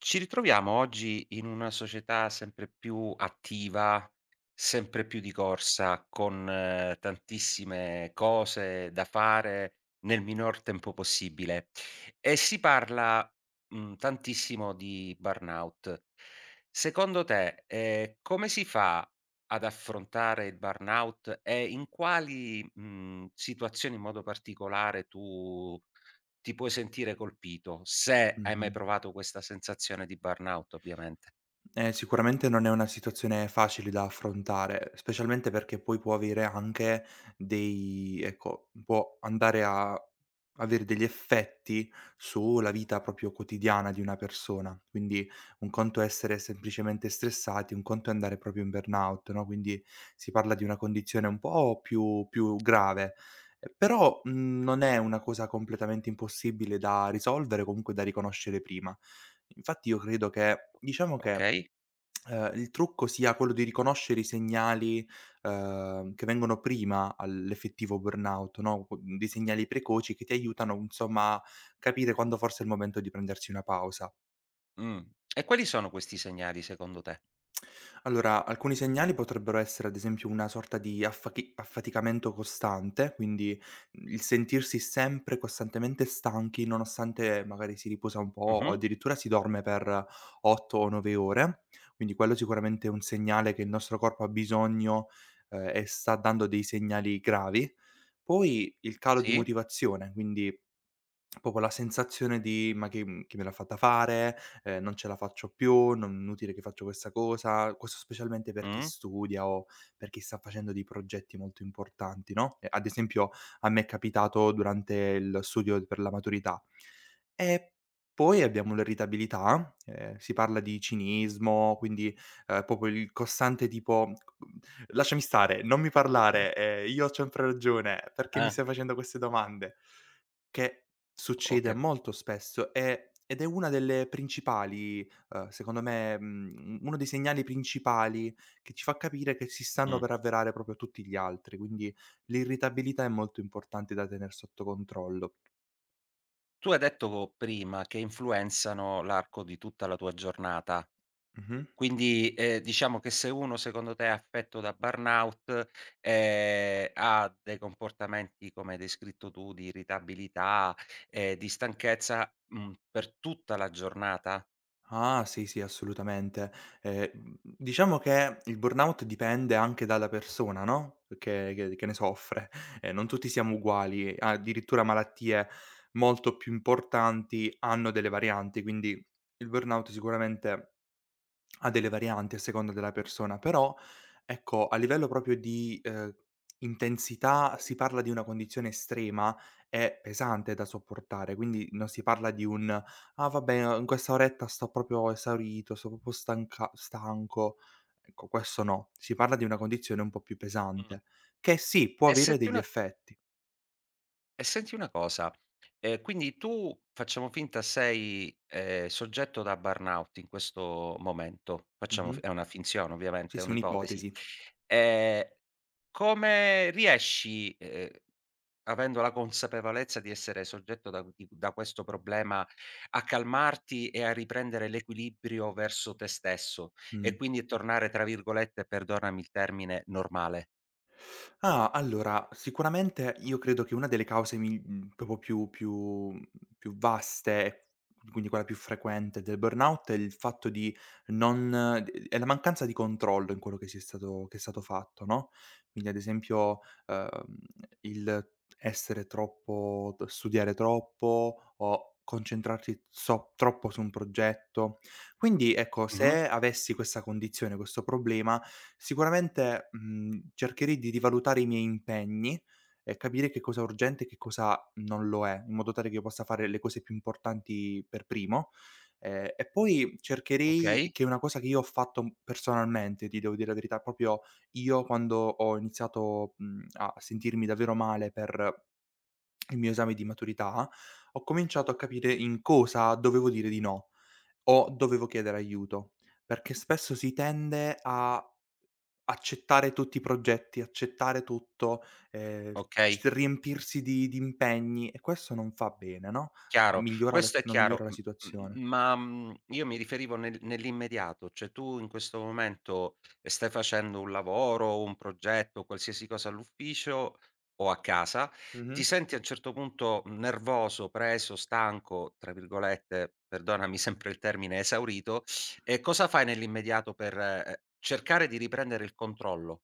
Ci ritroviamo oggi in una società sempre più attiva, sempre più di corsa, con tantissime cose da fare nel minor tempo possibile e si parla, tantissimo di burnout. Secondo te, come si fa ad affrontare il burnout e in quali, situazioni in modo particolare tu ti puoi sentire colpito, se hai mai Mh-mh. provato questa sensazione di burnout ovviamente, Sicuramente non è una situazione facile da affrontare, specialmente perché poi può avere anche dei ecco, può andare a avere degli effetti sulla vita proprio quotidiana di una persona. Quindi un conto è essere semplicemente stressati, un conto è andare proprio in burnout, no, quindi si parla di una condizione un po' più grave. Però, non è una cosa completamente impossibile da risolvere, comunque da riconoscere prima. Infatti io credo che diciamo che okay? Il trucco sia quello di riconoscere i segnali, che vengono prima all'effettivo burnout, no, qu dei segnali precoci che ti aiutano, insomma, a capire quando forse è il momento di prendersi una pausa. Mh. E quali sono questi segnali secondo te? Allora, alcuni segnali potrebbero essere, ad esempio, una sorta di affaticamento costante, quindi il sentirsi sempre costantemente stanchi, nonostante magari si riposa un po' o Mh-mh. addirittura si dorme per 8 o 9 ore. Quindi quello sicuramente è un segnale che il nostro corpo ha bisogno e sta dando dei segnali gravi. Poi il calo di Sì? motivazione, quindi proprio la sensazione di: "Ma chi me l'ha fatta fare? Non ce la faccio più, non è inutile che faccio questa cosa." Questo specialmente per chi Mh. studia o per chi sta facendo dei progetti molto importanti, no, ad esempio a me è capitato durante il studio per la maturità. E poi abbiamo l'irritabilità, si parla di cinismo, quindi, proprio il costante tipo: "Lasciami stare, non mi parlare, io ho sempre ragione, perché mi Ah, stai facendo queste domande?" Che ho Succede capi molto spesso, ed è una delle principali secondo me, uno dei segnali principali che ci fa capire che si stanno mh. per avverare proprio tutti gli altri, quindi l'irritabilità è molto importante da tener sotto controllo. Tu hai detto prima che influenzano l'arco di tutta la tua giornata, Mh-mh. quindi, diciamo che se uno secondo te è affetto da burnout, ha dei comportamenti come hai descritto tu di irritabilità, di stanchezza, per tutta la giornata? Ah, sì, sì, assolutamente. Diciamo che il burnout dipende anche dalla persona, no, che ne soffre. Non tutti siamo uguali, addirittura malattie molto più importanti hanno delle varianti, quindi il burnout sicuramente ha delle varianti a seconda della persona, però ecco, a livello proprio di, intensità si parla di una condizione estrema e pesante da sopportare, quindi non si parla di un: "Ah vabbè, in questa oretta sto proprio esaurito, sto proprio stanca stanco." Ecco, questo no. Si parla di una condizione un po' più Mh. pesante, che sì, può E avere senti degli una effetti. e senti una cosa, quindi tu facciamo finta sei, soggetto da burnout in questo momento, facciamo f Mh-mh. è una finzione Sì, ovviamente, è sì, un'ipotesi. un'ipotesi. Ehm, come riesci, avendo la consapevolezza di essere soggetto da questo problema, a calmarti e a riprendere l'equilibrio verso te stesso Mh. e quindi tornare tra virgolette, perdonami il termine, "normale"? Ah, allora, sicuramente io credo che una delle cause proprio più vaste e quindi quella più frequente del burnout è il fatto di non d è la mancanza di controllo in quello che si è stato che è stato fatto, no, quindi ad esempio, uhm, il essere troppo t studiare troppo o concentrarsi troppo su un progetto. Quindi ecco, Mh-mh. se avessi questa condizione, questo problema, sicuramente, cercherei di rivalutare i miei impegni e capire che cosa è urgente e che cosa non lo è, in modo tale che io possa fare le cose più importanti per primo. E poi Okay, cercherei che è una cosa che io ho fatto personalmente, ti devo dire la verità, proprio io quando ho iniziato, a sentirmi davvero male per il mio esame di maturità, ho cominciato a capire in cosa dovevo dire di no. O dovevo chiedere aiuto, perché spesso si tende a accettare tutti i progetti, accettare tutto, ehm, c okay. riempirsi di impegni e questo non fa bene, no, a Chiaro, migliora la questo è non chiaro. migliora la M m situazione. Ma, io mi riferivo nell'immediato, cioè tu in questo momento stai facendo un lavoro, un progetto, qualsiasi cosa all'ufficio o a casa, ti Mh-mh. senti a un certo punto nervoso, preso, "stanco", tra virgolette, perdonami sempre il termine, esaurito, e cosa fai nell'immediato per, cercare di riprendere il controllo?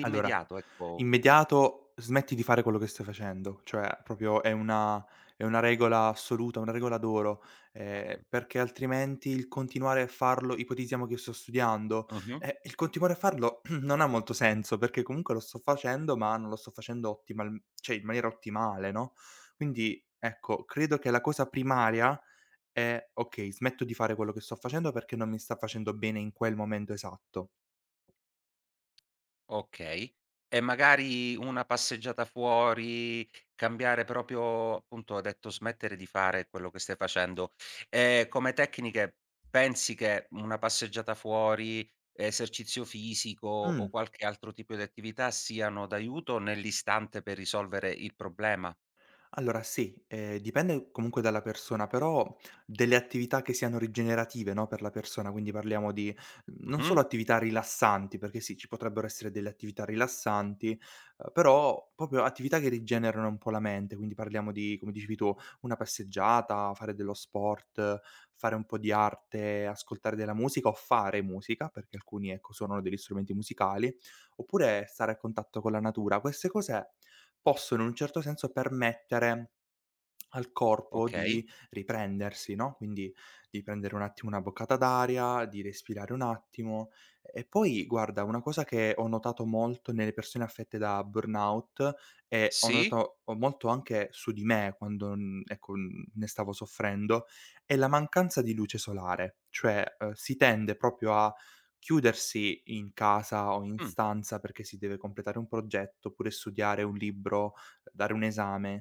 Allora, ecco. immediato smetti di fare quello che stai facendo, cioè proprio è una regola assoluta, una regola d'oro, perché altrimenti il continuare a farlo ipotizziamo che io sto studiando, Mh-mh. Il continuare a farlo non ha molto senso, perché comunque lo sto facendo, ma non lo sto facendo ottimal cioè in maniera ottimale, no, quindi ecco, credo che la cosa primaria è: "Okay, smetto di fare quello che sto facendo perché non mi sta facendo bene in quel momento esatto." Okay. E magari una passeggiata fuori, cambiare proprio appunto, hai detto smettere di fare quello che stai facendo. Come tecniche pensi che una passeggiata fuori, esercizio fisico o Mh. qualche altro tipo di attività siano d'aiuto nell'istante per risolvere il problema? Allora sì, dipende comunque dalla persona, però delle attività che siano rigenerative, no, per la persona, quindi parliamo di non solo Mh-mh. attività rilassanti, perché sì, ci potrebbero essere delle attività rilassanti, però proprio attività che rigenerano un po' la mente, quindi parliamo di, come dicevi tu, una passeggiata, fare dello sport, fare un po' di arte, ascoltare della musica o fare musica, perché alcuni, ecco, suonano degli strumenti musicali, oppure stare a contatto con la natura. Queste cose possono in un certo senso permettere al corpo Okay. di riprendersi, no, quindi di prendere un attimo una boccata d'aria, di respirare un attimo. E poi guarda, una cosa che ho notato molto nelle persone affette da burnout e ho Sì. notato molto anche su di me quando, ecco, ne stavo soffrendo, è la mancanza di luce solare. Cioè, si tende proprio a chiudersi in casa o in Mh. stanza perché si deve completare un progetto, oppure studiare un libro, dare un esame.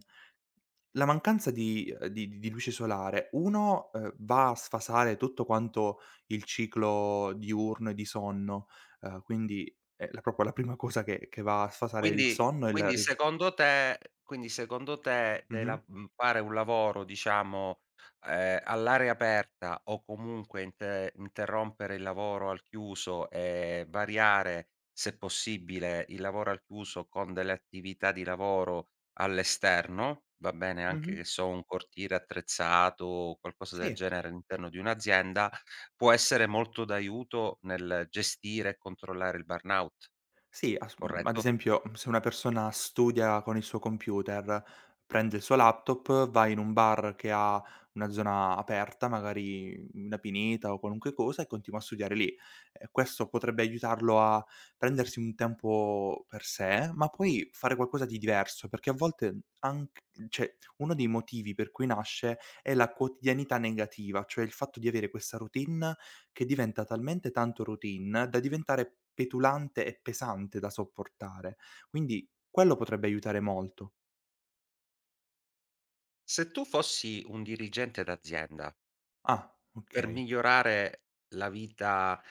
La mancanza di di luce solare, 1, va a sfasare tutto quanto il ciclo diurno e di sonno, quindi è la proprio la prima cosa che va a sfasare il Quindi sonno e la ri. Quindi secondo te Mh-mh, fare un lavoro diciamo, all'aria aperta o comunque interrompere il lavoro al chiuso e variare, se possibile, il lavoro al chiuso con delle attività di lavoro all'esterno, va bene anche mh-mh, che so un cortile attrezzato o qualcosa del sì. genere all'interno di un'azienda, può essere molto d'aiuto nel gestire e controllare il burnout, Sì, as ad corretto? esempio, se una persona studia con il suo computer, prende il suo laptop, va in un bar che ha una zona aperta, magari una pineta o qualunque cosa, e continua a studiare lì. Questo potrebbe aiutarlo a prendersi un tempo per sé, ma poi fare qualcosa di diverso, perché a volte anc cioè, uno dei motivi per cui nasce è la quotidianità negativa, cioè il fatto di avere questa routine che diventa talmente tanto routine da diventare petulante e pesante da sopportare. Quindi quello potrebbe aiutare molto. Se tu fossi un dirigente d'azienda, Ah, per okay. migliorare la vita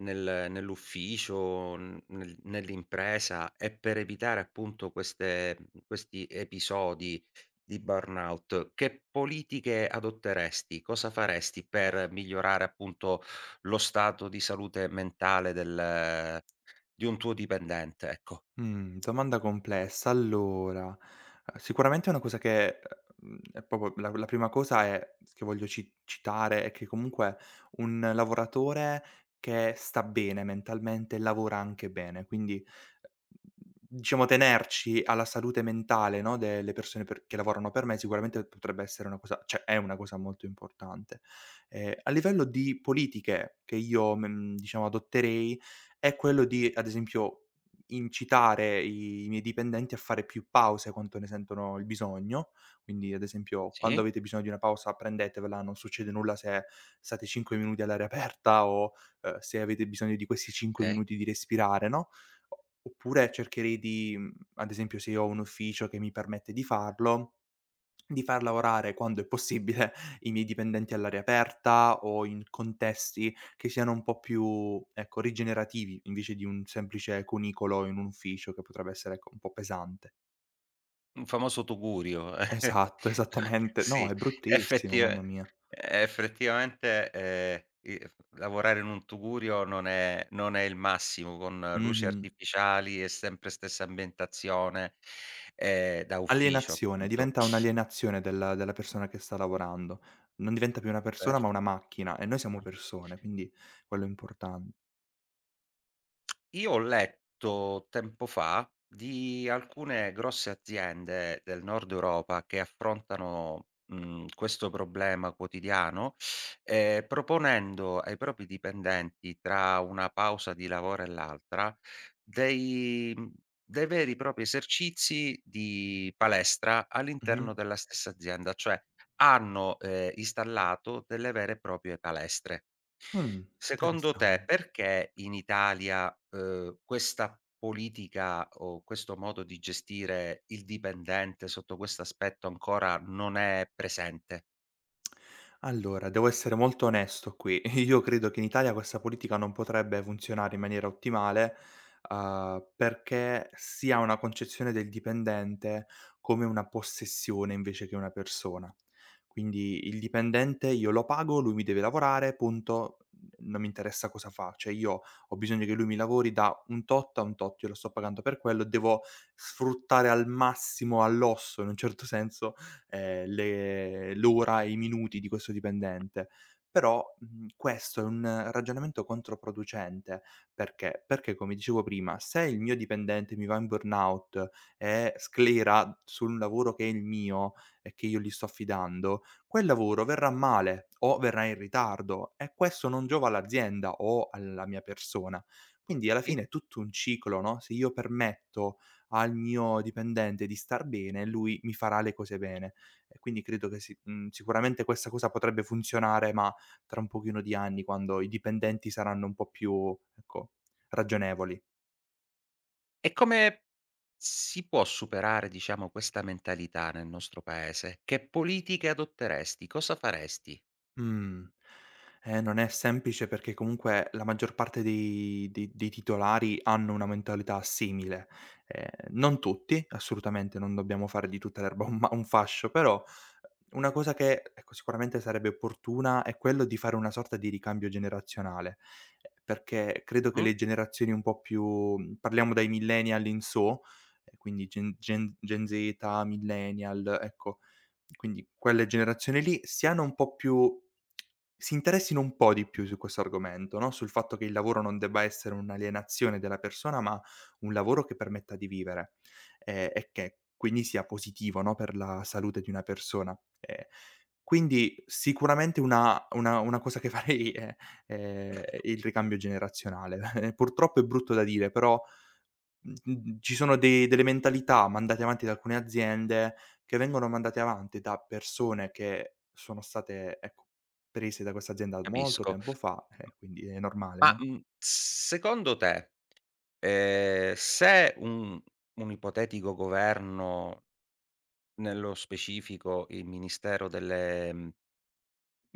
nell'ufficio, n nel nell'impresa e per evitare appunto queste questi episodi di burnout, che politiche adotteresti? Cosa faresti per migliorare appunto lo stato di salute mentale del di un tuo dipendente, ecco. Mhmm, domanda complessa. Allora, sicuramente una cosa che è proprio la prima cosa è che voglio ci citare è che comunque un lavoratore che sta bene mentalmente lavora anche bene, quindi, diciamo tenerci alla salute mentale, no, delle persone per che lavorano per me sicuramente potrebbe essere una cosa cioè è una cosa molto importante. A livello di politiche che io, diciamo adotterei è quello di, ad esempio incitare i miei dipendenti a fare più pause quando ne sentono il bisogno. Quindi, ad esempio, quando Sì, avete bisogno di una pausa prendetevela, non succede nulla se state 5 minuti all'aria aperta o, se avete bisogno di questi 5 okay. minuti di respirare, no, o oppure cercherei di ad esempio se io ho un ufficio che mi permette di farlo di far lavorare, quando è possibile, i miei dipendenti all'aria aperta o in contesti che siano un po' più, ecco, rigenerativi, invece di un semplice cunicolo in un ufficio che potrebbe essere, ecco, un po' pesante. Un famoso tugurio. Esatto, esattamente. No, Sì, è bruttissimo, effettiva mamma mia. effettivamente, i lavorare in un tugurio non è il massimo, con luci Mh-mh. artificiali e sempre stessa ambientazione, da ufficio Alienazione, appunto. diventa un'alienazione della persona che sta lavorando. Non diventa più una persona, Per ma una macchina e noi siamo persone, quindi quello è importan. Io ho letto tempo fa di alcune grosse aziende del nord Europa che affrontano, questo problema quotidiano, proponendo ai propri dipendenti tra una pausa di lavoro e l'altra dei dei veri e propri esercizi di palestra Mh-mh. all'interno della stessa azienda, cioè hanno, installato delle vere e proprie palestre. Mh, Secondo te interessan. perché in Italia, questa politica o questo modo di gestire il dipendente sotto questo aspetto ancora non è presente? Allora, devo essere molto onesto qui. Io credo che in Italia questa politica non potrebbe funzionare in maniera ottimale, perché si ha una concezione del dipendente come una possessione invece che una persona. Quindi il dipendente io lo pago, lui mi deve lavorare, punto, non mi interessa cosa fa. Cioè io ho bisogno che lui mi lavori da un tot a un tot, io lo sto pagando per quello, devo sfruttare al massimo, all'osso in un certo senso, le l'ora e i minuti di questo dipendente. Però, questo è un ragionamento controproducente. Perché? Perché, come dicevo prima, se il mio dipendente mi va in burnout e sclera sul lavoro che è il mio e che io gli sto affidando, quel lavoro verrà male o verrà in ritardo e questo non giova all'azienda o alla mia persona. Quindi alla Sì. fine è tutto un ciclo, no, se io permetto al mio dipendente di star bene, lui mi farà le cose bene. E quindi credo che si sicuramente questa cosa potrebbe funzionare, ma tra un pochino di anni, quando i dipendenti saranno un po' più, ecco, ragionevoli. E come si può superare, diciamo, questa mentalità nel nostro paese? Che politiche adotteresti? Cosa faresti? Mh. Non è semplice perché comunque la maggior parte dei titolari hanno una mentalità simile. Non tutti, assolutamente, non dobbiamo fare di tutta l'erba un fascio, però eh, una cosa che, ecco, sicuramente sarebbe opportuna è quello di fare una sorta di ricambio generazionale, perché credo che Mh-mh, le generazioni un po' più parliamo dai millennial in su, quindi Gen Z, millennial, ecco, quindi quelle generazioni lì siano un po' più si interessino un po' di più su questo argomento, no, sul fatto che il lavoro non debba essere un'alienazione della persona, ma un lavoro che permetta di vivere, e che quindi sia positivo, no, per la salute di una persona. Ehm, quindi sicuramente una cosa che farei è, il ricambio generazionale. Purtroppo è brutto da dire, però. Mh-mh, ci sono dei delle mentalità mandate avanti da alcune aziende, che vengono mandate avanti da persone che sono state, ecco, prese da questa azienda molto capisco. tempo fa, quindi è normale, Ma, no? Secondo te, se un ipotetico governo, nello specifico il Ministero delle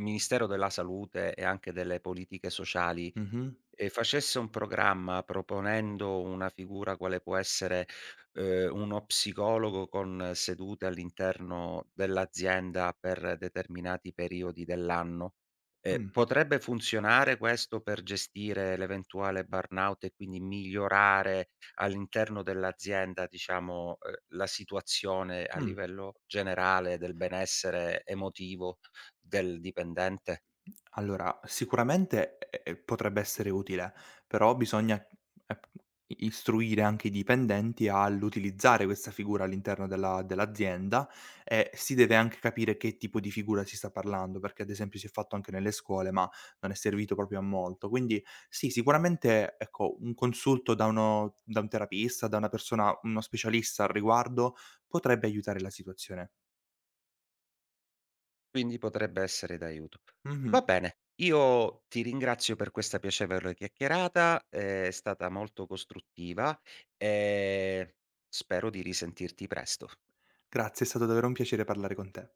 Ministero della Salute e anche delle Politiche Sociali, Mh-mh. e facesse un programma proponendo una figura quale può essere, uno psicologo con sedute all'interno dell'azienda per determinati periodi dell'anno, Mh, potrebbe funzionare questo per gestire l'eventuale burnout e quindi migliorare all'interno dell'azienda, diciamo, la situazione a mh. livello generale del benessere emotivo del dipendente? Allora, sicuramente, potrebbe essere utile, però bisogna, i istruire anche i dipendenti all'utilizzare questa figura all'interno della dell'azienda e si deve anche capire che tipo di figura si sta parlando, perché ad esempio si è fatto anche nelle scuole, ma non è servito proprio a molto. Quindi sì, sicuramente, ecco, un consulto da uno da un terapista, da una persona, uno specialista al riguardo, potrebbe aiutare la situazione. Quindi potrebbe essere d'aiuto. Mh-mh. Va bene, io ti ringrazio per questa piacevole chiacchierata, è stata molto costruttiva e spero di risentirti presto. Grazie, è stato davvero un piacere parlare con te.